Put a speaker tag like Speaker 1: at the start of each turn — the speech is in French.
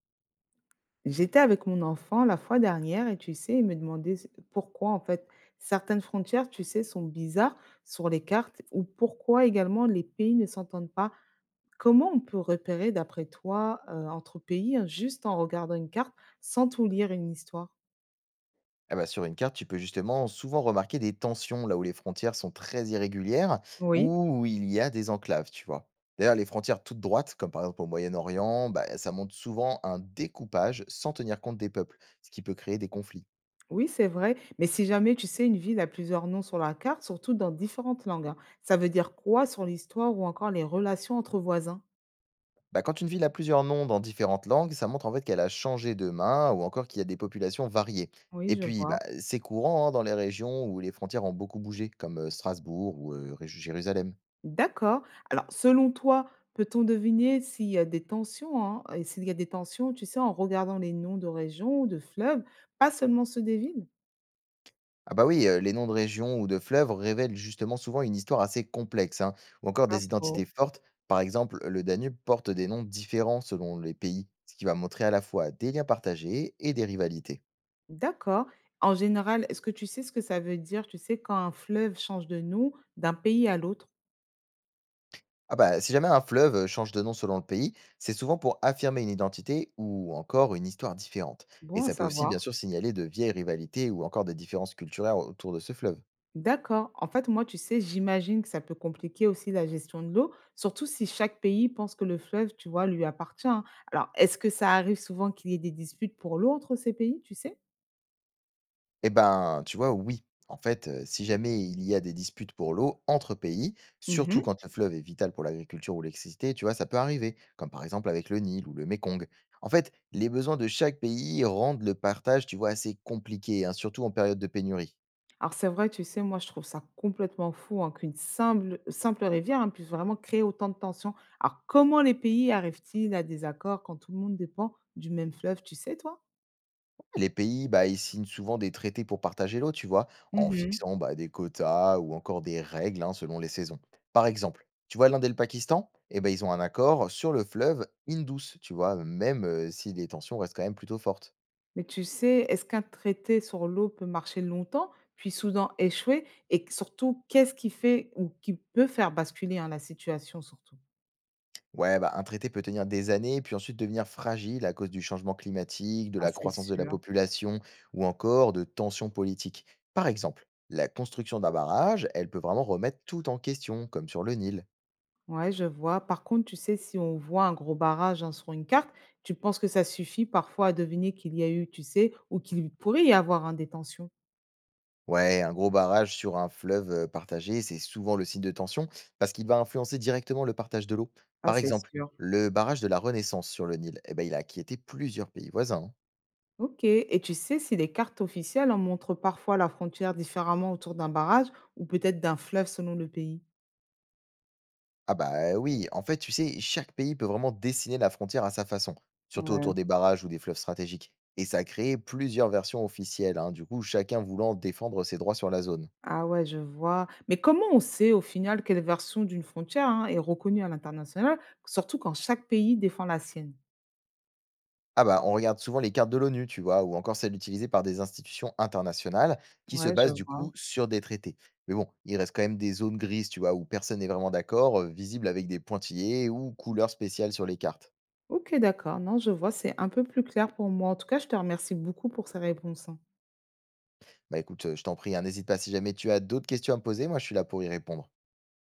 Speaker 1: J'étais avec mon enfant la fois dernière et tu sais, il me demandait pourquoi en fait certaines frontières, tu sais, sont bizarres sur les cartes ou pourquoi également les pays ne s'entendent pas. Comment on peut repérer d'après toi entre pays hein, juste en regardant une carte sans tout lire une histoire?
Speaker 2: Ah bah, sur une carte, tu peux justement souvent remarquer des tensions là où les frontières sont très irrégulières
Speaker 1: Oui,
Speaker 2: ou où il y a des enclaves, tu vois. D'ailleurs, les frontières toutes droites, comme par exemple au Moyen-Orient, bah, ça montre souvent un découpage sans tenir compte des peuples, ce qui peut créer des conflits.
Speaker 1: oui, c'est vrai. Mais si jamais tu sais une ville a plusieurs noms sur la carte, surtout dans différentes langues, hein, ça veut dire quoi sur l'histoire ou encore les relations entre voisins?
Speaker 2: Bah, quand une ville a plusieurs noms dans différentes langues, ça montre en fait qu'elle a changé de main ou encore qu'il y a des populations variées.
Speaker 1: Oui,
Speaker 2: Et
Speaker 1: je
Speaker 2: puis,
Speaker 1: vois.
Speaker 2: bah, c'est courant hein, dans les régions où les frontières ont beaucoup bougé, comme Strasbourg ou Jérusalem.
Speaker 1: D'accord. Alors, selon toi, peut-on deviner s'il y a des tensions, hein, et s'il y a des tensions, tu sais, en regardant les noms de régions, de fleuves, pas seulement ceux des villes?
Speaker 2: Ah bah oui, les noms de régions ou de fleuves révèlent justement souvent une histoire assez complexe, hein, ou encore
Speaker 1: Pas
Speaker 2: des
Speaker 1: faux.
Speaker 2: identités fortes. Par exemple, le Danube porte des noms différents selon les pays, ce qui va montrer à la fois des liens partagés et des rivalités.
Speaker 1: D'accord. En général, est-ce que tu sais ce que ça veut dire, tu sais, quand un fleuve change de nom d'un pays à l'autre?
Speaker 2: Ah bah, si jamais un fleuve, change de nom selon le pays, c'est souvent pour affirmer une identité ou encore une histoire différente. Et
Speaker 1: Bon à
Speaker 2: ça peut aussi bien
Speaker 1: savoir.
Speaker 2: sûr signaler de vieilles rivalités ou encore des différences culturelles autour de ce fleuve.
Speaker 1: D'accord. En fait, moi, tu sais, j'imagine que ça peut compliquer aussi la gestion de l'eau, surtout si chaque pays pense que le fleuve, tu vois, lui appartient, hein. Alors, est-ce que ça arrive souvent qu'il y ait des disputes pour l'eau entre ces pays, tu sais?
Speaker 2: Eh ben, tu vois, oui. En fait, si jamais il y a des disputes pour l'eau entre pays, surtout
Speaker 1: Mhm.
Speaker 2: quand le fleuve est vital pour l'agriculture ou l'électricité, tu vois, ça peut arriver, comme par exemple avec le Nil ou le Mékong. En fait, les besoins de chaque pays rendent le partage, tu vois, assez compliqué, hein, surtout en période de pénurie.
Speaker 1: Alors c'est vrai, tu sais, moi je trouve ça complètement fou hein, qu'une simple rivière hein, puisse vraiment créer autant de tensions. Alors comment les pays arrivent-ils à des accords quand tout le monde dépend du même fleuve, tu sais, toi?
Speaker 2: Les pays, bah, ils signent souvent des traités pour partager l'eau, tu vois, en
Speaker 1: Mhm.
Speaker 2: fixant bah, des quotas ou encore des règles hein, selon les saisons. Par exemple, tu vois, l'Inde et le Pakistan, eh ben, ils ont un accord sur le fleuve Indus, tu vois, même si les tensions restent quand même plutôt fortes.
Speaker 1: Mais tu sais, est-ce qu'un traité sur l'eau peut marcher longtemps, puis soudain échouer? Et surtout, qu'est-ce qui fait ou qui peut faire basculer hein, la situation surtout?
Speaker 2: Ouais, bah, un traité peut tenir des années, puis ensuite devenir fragile à cause du changement climatique, de
Speaker 1: Ah,
Speaker 2: la
Speaker 1: c'est
Speaker 2: croissance de la
Speaker 1: sûr.
Speaker 2: population ou encore de tensions politiques. Par exemple, la construction d'un barrage, elle peut vraiment remettre tout en question, comme sur le Nil.
Speaker 1: Ouais, je vois. Par contre, tu sais, si on voit un gros barrage hein, sur une carte, tu penses que ça suffit parfois à deviner qu'il y a eu, tu sais, ou qu'il pourrait y avoir hein, des tensions.
Speaker 2: Ouais, un gros barrage sur un fleuve partagé, c'est souvent le signe de tension parce qu'il va influencer directement le partage de l'eau.
Speaker 1: Ah,
Speaker 2: Par
Speaker 1: c'est
Speaker 2: exemple,
Speaker 1: sûr.
Speaker 2: le barrage de la Renaissance sur le Nil, eh ben, il a inquiété plusieurs pays voisins, hein.
Speaker 1: Ok. Et tu sais si les cartes officielles en montrent parfois la frontière différemment autour d'un barrage ou peut-être d'un fleuve selon le pays.
Speaker 2: Ah bah oui, en fait, tu sais, chaque pays peut vraiment dessiner la frontière à sa façon, surtout autour
Speaker 1: Ouais.
Speaker 2: des barrages ou des fleuves stratégiques. Et ça a créé plusieurs versions officielles, hein, du coup, chacun voulant défendre ses droits sur la zone.
Speaker 1: Ah ouais, je vois. Mais comment on sait au final quelle version d'une frontière hein, est reconnue à l'international, surtout quand chaque pays défend la sienne?
Speaker 2: Ah bah, on regarde souvent les cartes de l'ONU, tu vois, ou encore celles utilisées par des institutions internationales qui se
Speaker 1: Ouais, je
Speaker 2: basent du
Speaker 1: vois.
Speaker 2: coup sur des traités. Mais bon, il reste quand même des zones grises, tu vois, où personne n'est vraiment d'accord, visibles avec des pointillés ou couleurs spéciales sur les cartes.
Speaker 1: OK, d'accord. Non, je vois, c'est un peu plus clair pour moi. En tout cas, je te remercie beaucoup pour ces réponses, hein.
Speaker 2: Bah écoute, je t'en prie, hein, n'hésite pas si jamais tu as d'autres questions à me poser, moi je suis là pour y répondre.